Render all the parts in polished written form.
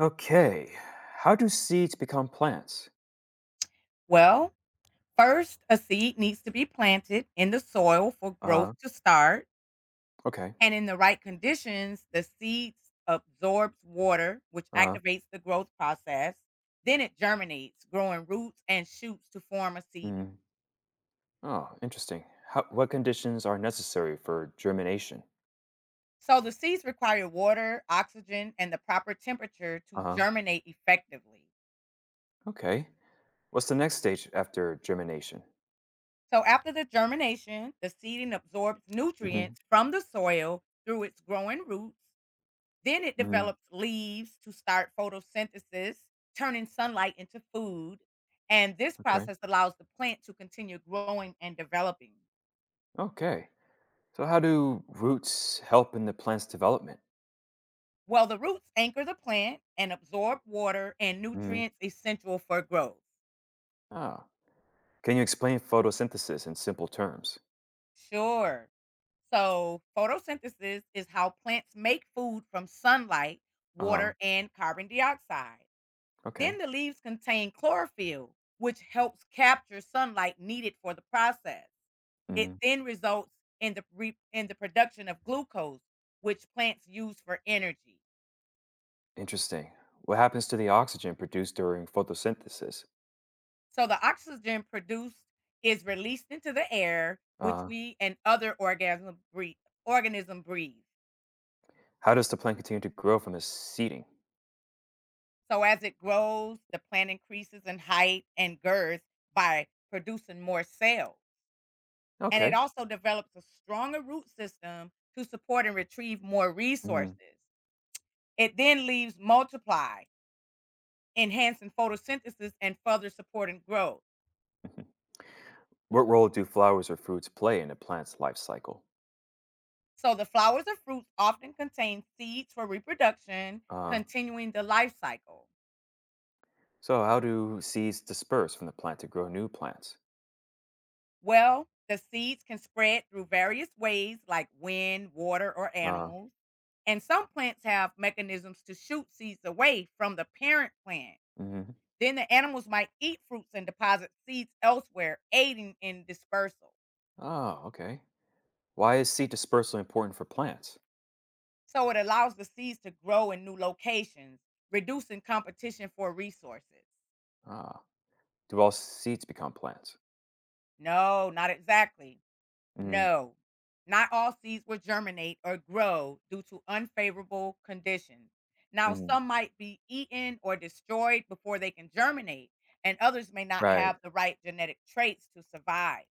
Okay. How do seeds become plants? Well, first, a seed needs to be planted in the soil for growth Uh, to start. okay. And in the right conditions, the seed absorbs water, which Uh, activates the growth process. Then it germinates, growing roots and shoots to form a seeding. mm. Oh, interesting. What conditions are necessary for germination? So the seeds require water, oxygen, and the proper temperature to Uh, germinate effectively. okay. What's the next stage after germination? So after the germination, the seeding absorbs hmm nutrients from the soil through its growing roots. Then it hmm develops leaves to start photosynthesis, turning sunlight into food. And this Okay. process allows the plant to continue growing and developing. Okay. So, how do roots help in the plant's development? Well, the roots anchor the plant and absorb water and Mm. nutrients essential for growth. Ah. Can you explain photosynthesis in simple terms? Sure. So, photosynthesis is how plants make food from sunlight, Uh, water, and carbon dioxide. Then okay. the leaves contain chlorophyll, which helps capture sunlight needed for the process. It Mm. then results in the production of glucose, which plants use for energy. Interesting. What happens to the oxygen produced during photosynthesis? So the oxygen produced is released into the air, which Uh, we and other organism breathe, organism breathe. How does the plant continue to grow from the seeding? So as it grows, the plant increases in height and girth by producing more cells. And it Okay. also develops a stronger root system to support and retrieve more Mhm, resources. It then leaves multiply, enhancing photosynthesis and further supporting growth. mhm. What role do flowers or fruits play in a plant's life cycle? So the flowers or fruits often contain seeds for reproduction, Uh, continuing the life cycle. so, how do seeds disperse from the plant to grow new plants? Well, the seeds can spread through various ways like wind, water, or Uh, animals. And some plants have mechanisms to shoot seeds away from the parent plant. mhm. Then the animals might eat fruits and deposit seeds elsewhere, aiding in dispersal. Oh, okay. Why is seed dispersal important for plants? So it allows the seeds to grow in new locations, reducing competition for resources. Ah, do all seeds become plants? No, not exactly. Mhm, No, not all seeds will germinate or grow due to unfavorable conditions. Now, mhm. some might be eaten or destroyed before they can germinate, and others may not Right. have the right genetic traits to survive.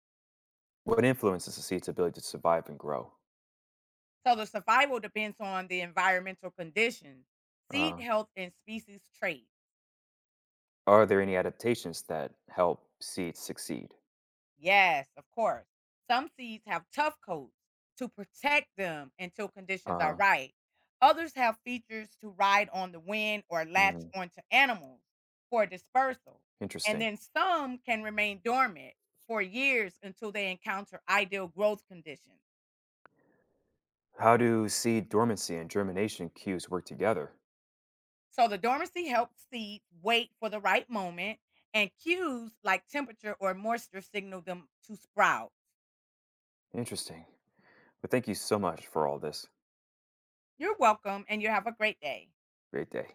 What influences a seed's ability to survive and grow? So, the survival depends on the environmental conditions, seed Uh, health, and species traits. are there any adaptations that help seeds succeed? Yes, of course. Some seeds have tough coats to protect them until conditions are Uh, right. Others have features to ride on the wind or latch mhm. onto animals for dispersal. And Interesting. then some can remain dormant for years until they encounter ideal growth conditions. How do seed dormancy and germination cues work together? So the dormancy helps seeds wait for the right moment, and cues like temperature or moisture signal them to sprout. Interesting. But thank you so much for all this. You're welcome, and you have a great day. Great day.